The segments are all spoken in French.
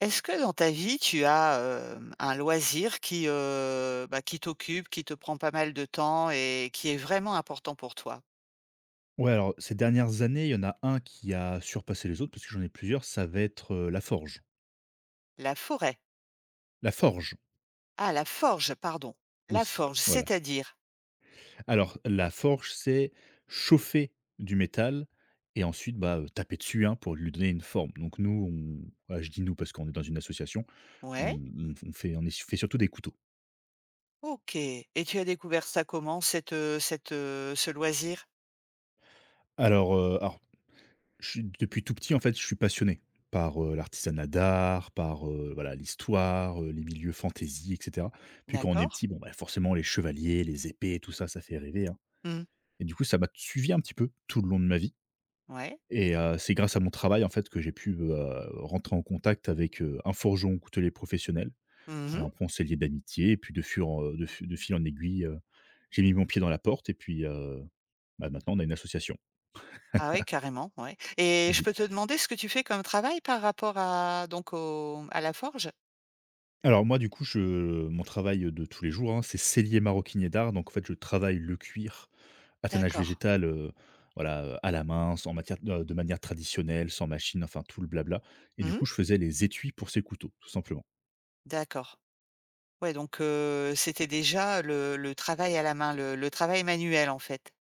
Est-ce que dans ta vie, tu as, un loisir qui, bah, qui t'occupe, qui te prend pas mal de temps et qui est vraiment important pour toi? Ouais, alors ces dernières années, il y en a un qui a surpassé les autres parce que j'en ai plusieurs, ça va être, la forge. La forêt. La forge, Ah, la forge, pardon. La oui, forge, voilà. c'est-à-dire? Alors la forge, c'est chauffer du métal et ensuite, bah, taper dessus, hein, pour lui donner une forme. Donc nous, on ah, je dis «nous» parce qu'on est dans une association, on Ouais, on fait on est fait surtout des couteaux. OK et tu as découvert ça comment ce loisir? Alors, je suis depuis tout petit, en fait, je suis passionné par, l'artisanat d'art, par, voilà, l'histoire, les milieux fantasy, et cetera. Puis quand on est D'accord. petit, bon, bah, forcément les chevaliers, les épées, tout ça, ça fait rêver, hein, Mmh. et du coup, ça m'a suivi un petit peu tout le long de ma vie Ouais. et c'est grâce à mon travail, en fait, que j'ai pu, rentrer en contact avec, un forgeron coutelier professionnel. Mmh Alors après on s'est liés d'amitié et puis de fur en de fu de fil en aiguille, j'ai mis mon pied dans la porte et puis, bah, maintenant on a une association. Ah oui, carrément, ouais et je peux te demander ce que tu fais comme travail par rapport à donc au à la forge? Alors moi, du coup, je mon travail de tous les jours, hein, c'est sellier maroquinier d'art. Donc en fait, je travaille le cuir à tannage D'accord. végétal, voilà, à la main, sans matière de manière traditionnelle, sans machine, enfin tout le blabla et du Mmh coup, je faisais les étuis pour ces couteaux, tout simplement. D'accord. Ouais, donc c'était déjà le travail à la main, le travail manuel, en fait.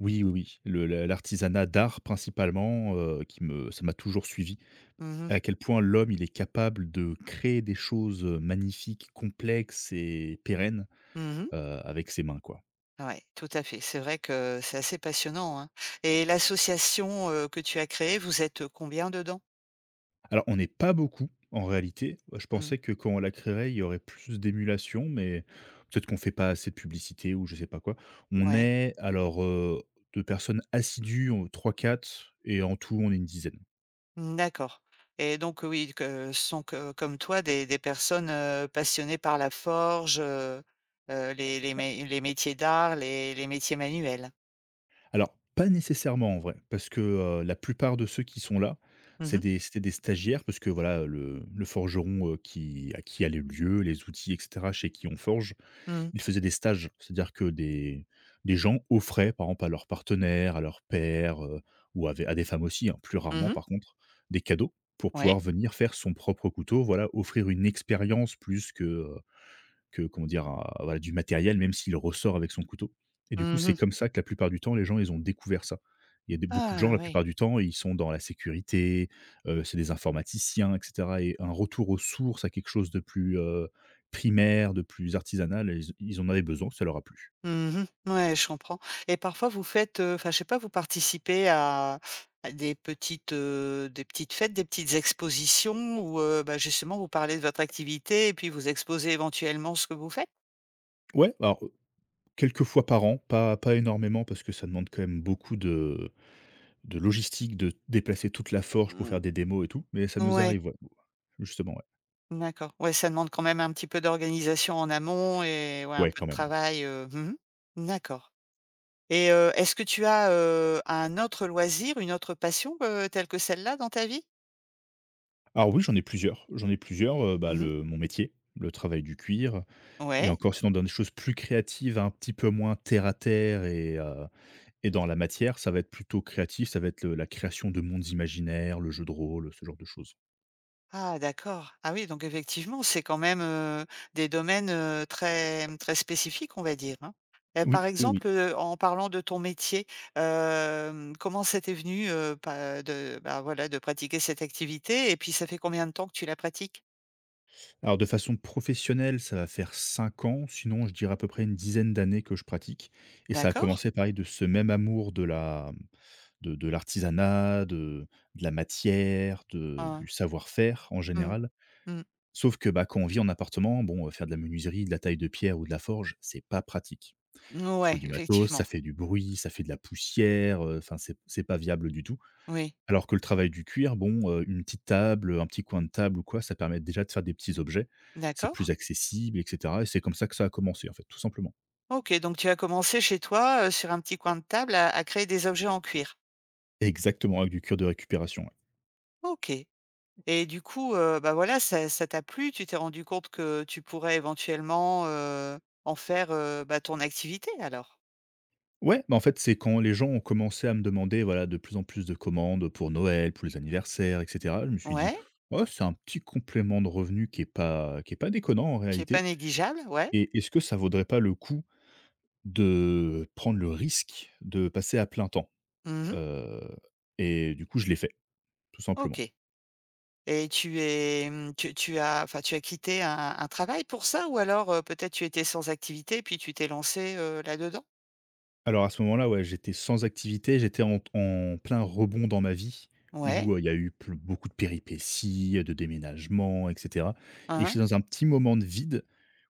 Oui, oui, oui, le l'artisanat d'art principalement, qui me ça m'a toujours suivi. Mmh mh. À quel point l'homme, il est capable de créer des choses, magnifiques, complexes et pérennes, Mmh. heu, avec ses mains, quoi. Ouais, tout à fait. C'est vrai que c'est assez passionnant, hein, et l'association, que tu as créée, vous êtes combien dedans? Alors, on n'est pas beaucoup en réalité. Je Mmh. pensais que quand on la créerait, il y aurait plus d'émulation, mais peut-être qu'on fait pas assez de publicité ou je sais pas quoi. On Ouais. est alors de personnes assidues, trois quatre, et en tout, on est une dizaine. Mmh, d'accord, et donc oui, que ce sont que comme toi des personnes, passionnées par la forge, les métiers d'art, les métiers manuels. Alors, pas nécessairement en vrai, parce que, la plupart de ceux qui sont là, Mmh mh. C'était des stagiaires parce que voilà, le forgeron, qui a les lieux, les outils et cetera, chez qui on forge, Mmh. ils faisaient des stages. C'est-à-dire que des gens offraient, par exemple, à leurs partenaires, à leurs pères, ou à des femmes aussi, hein, plus rarement Mmh. par contre, des cadeaux pour pouvoir Ouais. venir faire son propre couteau. Voilà, offrir une expérience plus que, euh, voilà, du matériel, même s'il ressort avec son couteau. Et du coup, c'est Mmh. comme ça que la plupart du temps, les gens, ils ont découvert ça. Il y a des- Beaucoup de gens, Ah la oui. plupart du temps, ils sont dans la sécurité, c'est des informaticiens, etc. Et un retour aux sources, à quelque chose de plus primaire, de plus artisanal, ils en avaient besoin, ça leur a plu. Mmh. Ouais, je comprends, et parfois vous faites, enfin, je sais pas, vous participez à des petites fêtes, des petites expositions où, bah, justement vous parlez de votre activité et puis vous exposez éventuellement ce que vous faites? Ouais, alors quelques fois par an, pas énormément parce que ça demande quand même beaucoup de logistique, de déplacer toute la forge pour Mmh. faire des démos et tout, mais ça nous Ouais, arrive, ouais, justement, ouais. d'accord. Ouais, ça demande quand même un petit peu d'organisation en amont et ouais, un Ouais, peu quand de même. travail, mmh D'accord, et est-ce que tu as, un autre loisir, une autre passion, telle que celle-là dans ta vie? Alors oui, j'en ai plusieurs. J'en ai plusieurs, bah, Mmh. le mon métier, le travail du cuir et Ouais. encore sinon dans des choses plus créatives, un petit peu moins terre à terre et dans la matière, ça va être plutôt créatif, ça va être le la création de mondes imaginaires, le jeu de rôle, ce genre de choses. Ah d'accord. Ah oui, donc effectivement, c'est quand même, des domaines, très, très spécifiques, on va dire, hein. Par Oui, oui, oui. exemple, en parlant de ton métier, comment ça t'est venu, pas de bah, voilà, de pratiquer cette activité et puis ça fait combien de temps que tu la pratiques? Alors de façon professionnelle, ça va faire 5 ans, sinon je dirais à peu près une dizaine d'années que je pratique et ça a D'accord. commencé pareil de ce même amour de l'artisanat, de la matière, de du Hein. savoir-faire en Mmh. général. Mmh. Sauf que, bah, quand on vit en appartement, bon, faire de la menuiserie, de la taille de pierre ou de la forge, c'est pas pratique. Il faut Ouais, du matos, ça effectivement. fait du bruit, ça fait de la poussière, enfin c'est pas viable du tout. Oui. Alors que le travail du cuir, bon, une petite table, un petit coin de table ou quoi, ça permet déjà de faire des petits objets. C'est D'accord. plus accessible et cetera et c'est comme ça que ça a commencé, en fait, tout simplement. OK, donc tu as commencé chez toi, sur un petit coin de table à créer des objets en cuir. Exactement, avec du cuir de récupération, ouais. OK. Et du coup, bah, voilà, ça t'a plu, tu t'es rendu compte que tu pourrais éventuellement, en faire, bah, ton activité alors? Ouais, bah, en fait, c'est quand les gens ont commencé à me demander, voilà, de plus en plus de commandes pour Noël, pour les anniversaires, et cetera. Je me suis dit: Ouais, «Oh, c'est un petit complément de revenu qui est pas déconnant en c'est pas réalité négligeable, ouais. et est-ce que ça vaudrait pas le coup de prendre le risque de passer à plein temps?» Mmh. heu et du coup, je l'ai fait, tout OK. simplement. Et tu es, tu as quitté un travail pour ça? Ou alors, peut-être tu étais sans activité puis tu t'es lancé, là-dedans? Alors à ce moment-là, ouais, j'étais sans activité, j'étais en plein rebond dans ma vie Ouais. où, il y a eu ple beaucoup de péripéties, de déménagements, et cetera Hein, et hein. j'étais dans un petit moment de vide.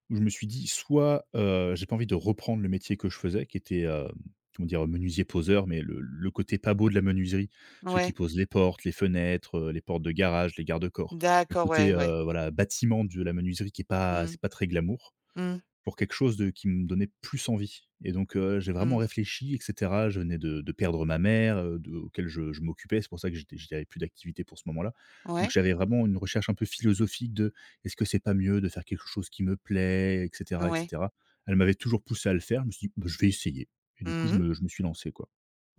Où je me suis dit soit, j'ai pas envie de reprendre le métier que je faisais qui était, comment dire? Menuisier poseur, mais le côté pas beau de la menuiserie. Ceux qui Ouais. posent les portes, les fenêtres, les portes de garage, les garde-corps. Le D'accord, ouais, côté, ouais. Voilà, bâtiment de la menuiserie qui est pas Mmh. c'est pas très glamour Mmh. pour quelque chose de qui me donnait plus envie et donc j'ai Mmh. vraiment réfléchi et cetera. Je venais de perdre ma mère, de auquel je m'occupais. C'est pour ça que j'avais plus d'activité pour ce moment-là. Donc Ouais. j'avais vraiment une recherche un peu philosophique de: «Est-ce que c'est pas mieux de faire quelque chose qui me plaît?» et cetera et Ouais. cetera. Elle m'avait toujours poussé à le faire. Je me suis dit: «Bah, je vais essayer» et du coup, Mmh. Je me suis lancé, quoi.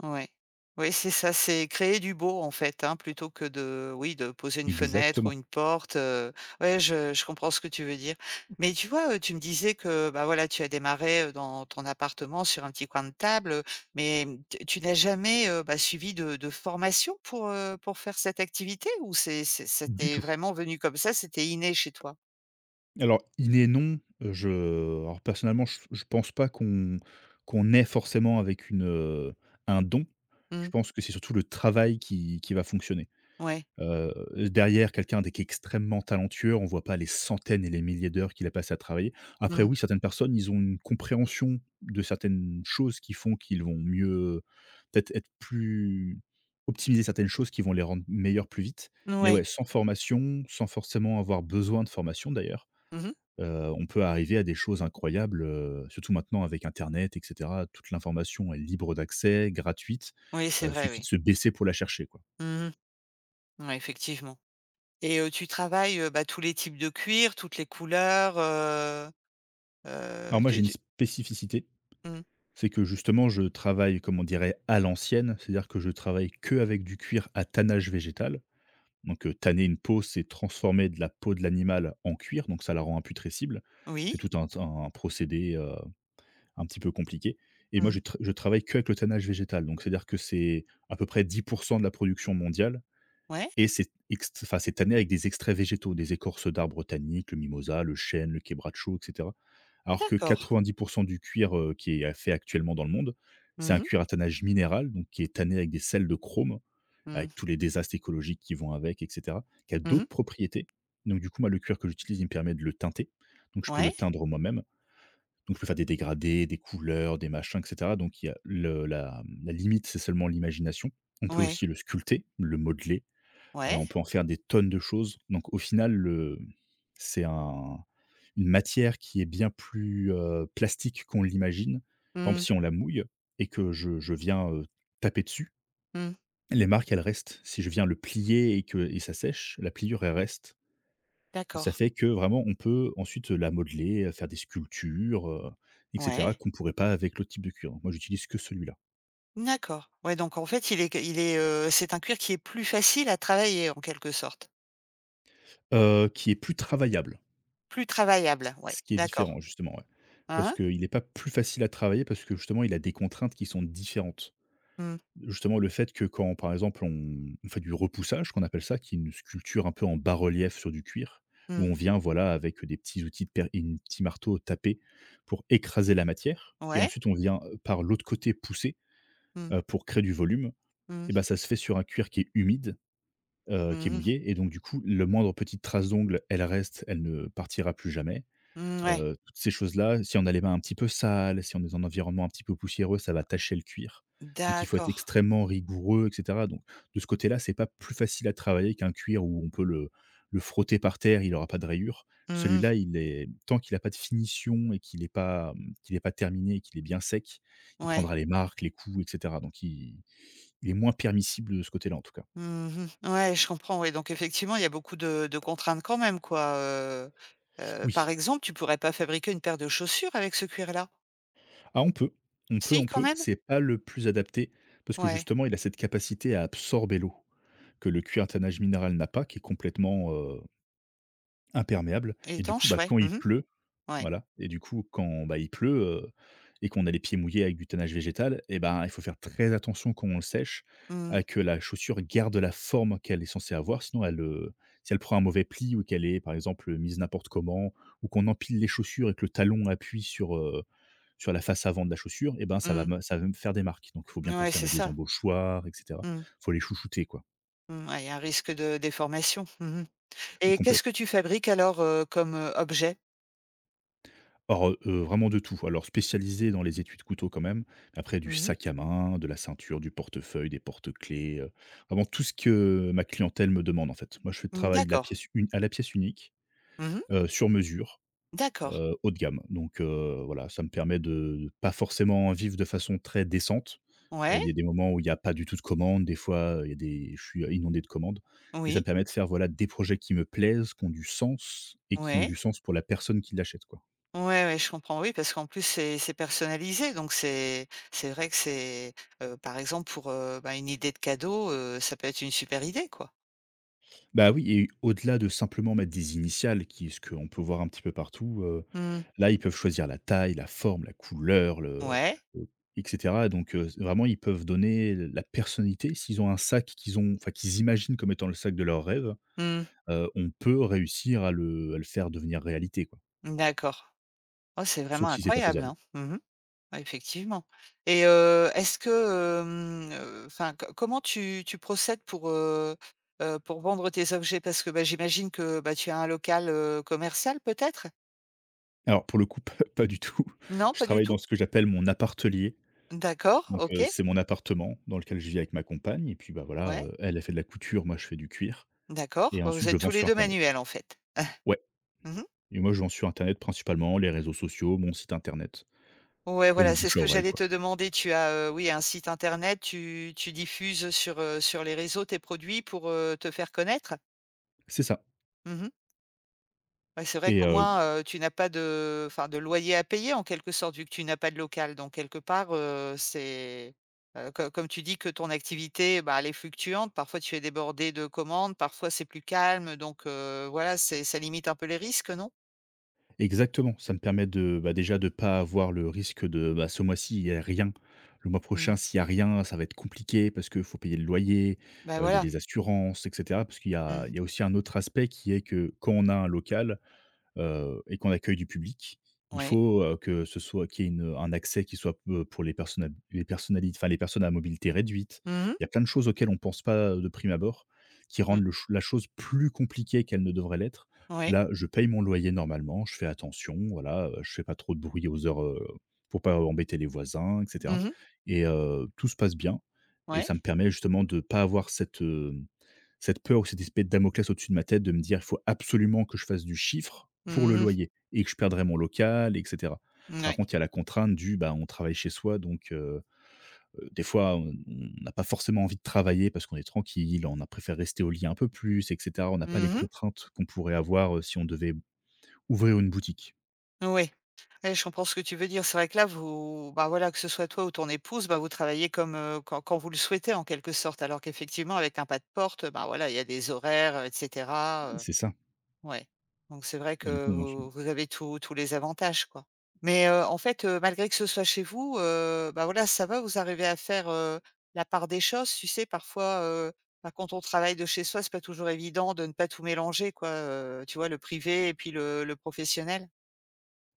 Ouais. Oui, c'est ça, c'est créer du beau en fait, hein, plutôt que de oui, de poser une fenêtre ou Exactement. une porte, ouais, je comprends ce que tu veux dire. Mais tu vois, tu me disais que, bah, voilà, tu as démarré, dans ton appartement sur un petit coin de table, mais, tu n'as jamais, bah, suivi de formation pour faire cette activité ou c'est ça Du t'est tout. vraiment venu comme ça, c'était inné chez toi? Alors, inné et non, je alors personnellement, je pense pas qu'on naît forcément avec un don. Je Mmh. pense que c'est surtout le travail qui va fonctionner. Ouais. Heu, derrière quelqu'un dès qui est extrêmement talentueux, on voit pas les centaines et les milliers d'heures qu'il a passé à travailler. Après Mmh. oui, certaines personnes, ils ont une compréhension de certaines choses qui font qu'ils vont mieux peut-être être plus optimiser certaines choses qui vont les rendre meilleurs plus vite. Mais ouais, Ouais. sans formation, sans forcément avoir besoin de formation d'ailleurs. Mmh. On peut arriver à des choses incroyables, surtout maintenant avec internet et cetera. Toute l'information est libre d'accès, gratuite, Oui, c'est vrai, suffit oui. de se baisser pour la chercher, quoi. Mmh. Ouais, effectivement. Et tu travailles, bah, tous les types de cuir, toutes les couleurs, heu, Alors moi, tu j'ai une tu spécificité, mmh, c'est que justement je travaille, comme on dirait, à l'ancienne, c'est-à-dire que je travaille que avec du cuir à tannage végétal. Donc, tanner une peau, c'est transformer de la peau de l'animal en cuir, donc ça la rend imputrescible. C'est oui, tout un procédé, un petit peu compliqué. Et moi, mmh, je travaille qu'avec le tannage végétal. Donc, c'est-à-dire que c'est à peu près 10% de la production mondiale. ouais, Enfin, c'est tanné avec des extraits végétaux, des écorces d'arbres tanniques, le mimosa, le chêne, le quebracho, etc. Alors que d'accord. 90% du cuir qui est fait actuellement dans le monde, c'est Mmh un mh. cuir à tannage minéral, donc qui est tanné avec des sels de chrome, Mmh. avec tous les désastres écologiques qui vont avec, etc., qui a Mmh. d'autres propriétés. Donc, du coup, moi, le cuir que j'utilise, il me permet de le teinter. Donc, je peux le Ouais, teindre moi-même. Donc, je peux faire des dégradés, des couleurs, des machins, et cetera. Donc, il y a le la la limite, c'est seulement l'imagination. On peut ouais, aussi le sculpter, le modeler, ouais. on peut en faire des tonnes de choses. Donc, au final, le c'est un une matière qui est bien plus, plastique qu'on l'imagine. Par exemple, Mmh. si on la mouille et que je viens, taper dessus, Mmh. les marques, elles restent. Si je viens le plier et que ça sèche, la pliure, elle reste. D'accord. Ça fait que vraiment on peut ensuite la modeler, faire des sculptures, et Ouais. cetera, qu'on ne pourrait pas avec l'autre type de cuir. Moi, j'utilise que celui-là, D'accord. Ouais, donc en fait, il est, c'est un cuir qui est plus facile à travailler en quelque sorte. Qui est plus travaillable, Plus travaillable, ouais, ce qui est d'accord. différent justement, ouais. Hein Parce hein. qu'il n'est pas plus facile à travailler parce que justement il a des contraintes qui sont différentes. Mmh. Justement le fait que quand, par exemple, on fait du repoussage qu'on appelle ça, qui est une sculpture un peu en bas-relief sur du cuir, où Mmh. on vient, voilà, avec des petits outils de per et une petit marteau taper pour écraser la matière et Ouais. ensuite on vient, par l'autre côté pousser Mmh. Pour créer du volume Mmh. et ben ça se fait sur un cuir qui est humide, qui est Mmh mh. mouillé et donc du coup, le moindre petite trace d'ongle, elle reste, elle ne partira plus jamais. Mmh, ouais. Toutes ces choses-là, si on a les mains un petit peu sales, si on est dans un environnement un petit peu poussiéreux, ça va tacher le cuir. Donc il faut être D'accord. extrêmement rigoureux et cetera. Donc de ce côté-là, c'est pas plus facile à travailler qu'un cuir où on peut le frotter par terre, il n'aura pas de rayures. Mmh. Celui-là, il est tant qu'il n'a pas de finition et qu'il n'est pas, qu'il est pas terminé et qu'il est bien sec, il Ouais. prendra les marques, les coups et cetera. Donc il est moins permissible de ce côté-là, en tout cas. Mmh. Ouais, je comprends, oui, donc effectivement, il y a beaucoup de contraintes quand même, quoi, par Oui. exemple, tu pourrais pas fabriquer une paire de chaussures avec ce cuir-là? Ah, on peut, on peut, Si, on quand peut. même? C'est pas le plus adapté parce que Ouais, justement, il a cette capacité à absorber l'eau que le cuir à tannage minéral n'a pas, qui est complètement, imperméable et du coup, étanche, bah, ouais. quand il Mmh. pleut. Ouais. Voilà et du coup, quand, bah, il pleut, et qu'on a les pieds mouillés avec du tannage végétal et ben, il faut faire très attention quand on le sèche Mmh. à que la chaussure garde la forme qu'elle est censée avoir, sinon elle, si elle prend un mauvais pli ou qu'elle est, par exemple, mise n'importe comment ou qu'on empile les chaussures et que le talon appuie sur, sur la face avant de la chaussure et ben, Mmh. Ça va me faire des marques. Donc, il faut bien Ouais, penser à c'est mettre des ça. embauchoirs et cetera. Mmh. Il faut les chouchouter, quoi. Mmh, ouais, il y a un risque de déformation. Mmh Ou et qu'est-ce complèt que tu fabriques alors, comme, objet? Alors, vraiment de tout. Alors spécialisé dans les étuis de couteaux quand même. Après du Mmh. sac à main, de la ceinture, du portefeuille, des porte-clés, vraiment tout ce que ma clientèle me demande, en fait. Moi, je fais le Mmh, travail de la d'accord. pièce uni à la pièce unique, Mmh. Sur mesure, D'accord. Haut de gamme. Donc, voilà, ça me permet de pas forcément vivre de façon très décente. Ouais. Il y a des moments où il y a pas du tout de commandes, des fois, il y a des je suis inondé de commandes et ça me Oui. permet de faire, voilà, des projets qui me plaisent, qui ont du sens et qui ont Ouais. du sens pour la personne qui l'achète, quoi. Ouais, ouais, je comprends, oui, parce qu'en plus c'est personnalisé, donc c'est vrai que c'est, par exemple pour, bah, une idée de cadeau, ça peut être une super idée, quoi. Bah, oui et au-delà de simplement mettre des initiales qui ce qu'on peut voir un petit peu partout, Mmh. là, ils peuvent choisir la taille, la forme, la couleur, Ouais. le et cetera donc vraiment, ils peuvent donner la personnalité. S'ils ont un sac qu'ils imaginent comme étant le sac de leurs rêves, Mmh. On peut réussir à le faire devenir réalité, quoi. D'accord. Oh, c'est vraiment Sauf si c'est pas incroyable, faisable. hein. Mmh. Ouais, effectivement, et est-ce que, hem, enfin, comment tu procèdes pour vendre tes objets? Parce que, bah, j'imagine que, bah, tu as un local, commercial peut-être? Alors pour le coup, pas du tout. Non, Je pas du travaille tout? dans ce que j'appelle mon appartelier D'accord, donc OK. c'est mon appartement dans lequel je vis avec ma compagne et puis, bah, voilà, Ouais. Elle, elle fait de la couture, moi je fais du cuir. D'accord, Et bah, vous ensuite, je êtes tous vends les sur 2 internet. manuels en fait? Ouais Mmh. et moi, je vends sur internet principalement, les réseaux sociaux, mon site internet Ouais, et le voilà, c'est ce bouche à que oreille, j'allais quoi. te demander. Tu as, oui, un site internet, tu diffuses sur les réseaux tes produits pour, te faire connaître? C'est ça Mmh. Ouais, c'est vrai et qu'au moins, tu n'as pas de, enfin, de loyer à payer en quelque sorte vu que tu n'as pas de local. Donc quelque part, c'est, co comme tu dis que ton activité, bah, elle est fluctuante, parfois tu es débordé de commandes, parfois c'est plus calme, donc voilà, c'est ça limite un peu les risques, non? exactement, ça me permet de, bah, déjà de pas avoir le risque de, bah, ce mois-ci, il y a rien. Le mois Mmh. prochain, s'il y a rien, ça va être compliqué parce qu'il faut payer le loyer, Bah, il y a voilà. des assurances et cetera. Parce qu'il y Mmh. a aussi un autre aspect qui est que quand on a un local, et qu'on accueille du public. Il Ouais. faut, que ce soit qu'il y ait une un accès qui soit, pour les personnes à les personnes à mobilité réduite. Mmh. Il y a plein de choses auxquelles on ne pense pas, de prime abord, qui Mmh. rendent le ch la chose plus compliquée qu'elle ne devrait l'être. Ouais. Là, je paye mon loyer normalement, je fais attention, voilà, je fais pas trop de bruit aux heures, pour pas embêter les voisins et cetera Mmh mh. et tout se passe bien et Ouais. ça me permet justement de pas avoir cette, cette peur ou cette espèce de Damoclès au-dessus de ma tête de me dire: «Il faut absolument que je fasse du chiffre pour Mmh le mh. loyer et que je perdrai mon local» et cetera. Par Mouais. contre, il y a la contrainte du, bah, on travaille chez soi donc des fois, on n'a pas forcément envie de travailler parce qu'on est tranquille, on a préféré rester au lit un peu plus et cetera. On n'a pas les Mmh mh. contraintes qu'on pourrait avoir, si on devait ouvrir une boutique. Ouais. Ouais, je comprends ce que tu veux dire. C'est vrai que là, vous bah, voilà, que ce soit toi ou ton épouse, bah, vous travaillez comme, quand vous le souhaitez en quelque sorte. Alors qu'effectivement avec un pas de porte, bah, voilà, il y a des horaires, et cetera, C'est ça ouais, donc c'est vrai et du que coup, on se vous avez tous les avantages, quoi. Mais, en fait, malgré que ce soit chez vous, bah, voilà, ça va, vous arrivez à faire, la part des choses? Tu sais, parfois, bah, quand on travaille de chez soi, c'est pas toujours évident de ne pas tout mélanger, quoi, tu vois, le privé et puis le professionnel?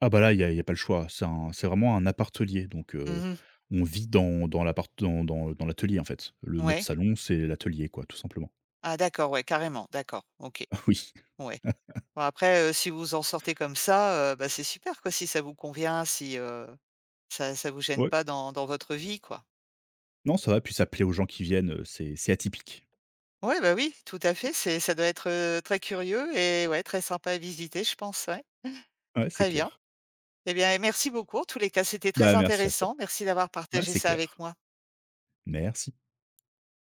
ah bah, là, il y a pas le choix. C'est vraiment un appart donc Mmh. on vit dans l'appart dans l'atelier, en fait. Le Notre Ouais. salon, c'est l'atelier, quoi, tout simplement. Ah d'accord, ouais, carrément, d'accord, OK, Oui, ouais. Bon après, si vous en sortez comme ça, bah, c'est super, quoi, si ça vous convient, si, ça vous gêne ouais. pas dans votre vie, quoi. Non, ça va, puis ça plaît aux gens qui viennent, c'est atypique. Ouais, bah, oui, tout à fait, c'est ça doit être, très curieux et ouais, très sympa à visiter, je pense, ouais. Ouais, c'est Très bien. clair. Et bien, merci beaucoup en tous les cas, c'était très Bah, merci à toi. intéressant. Merci d'avoir Ouais, partagé c'est ça avec clair. moi. Merci.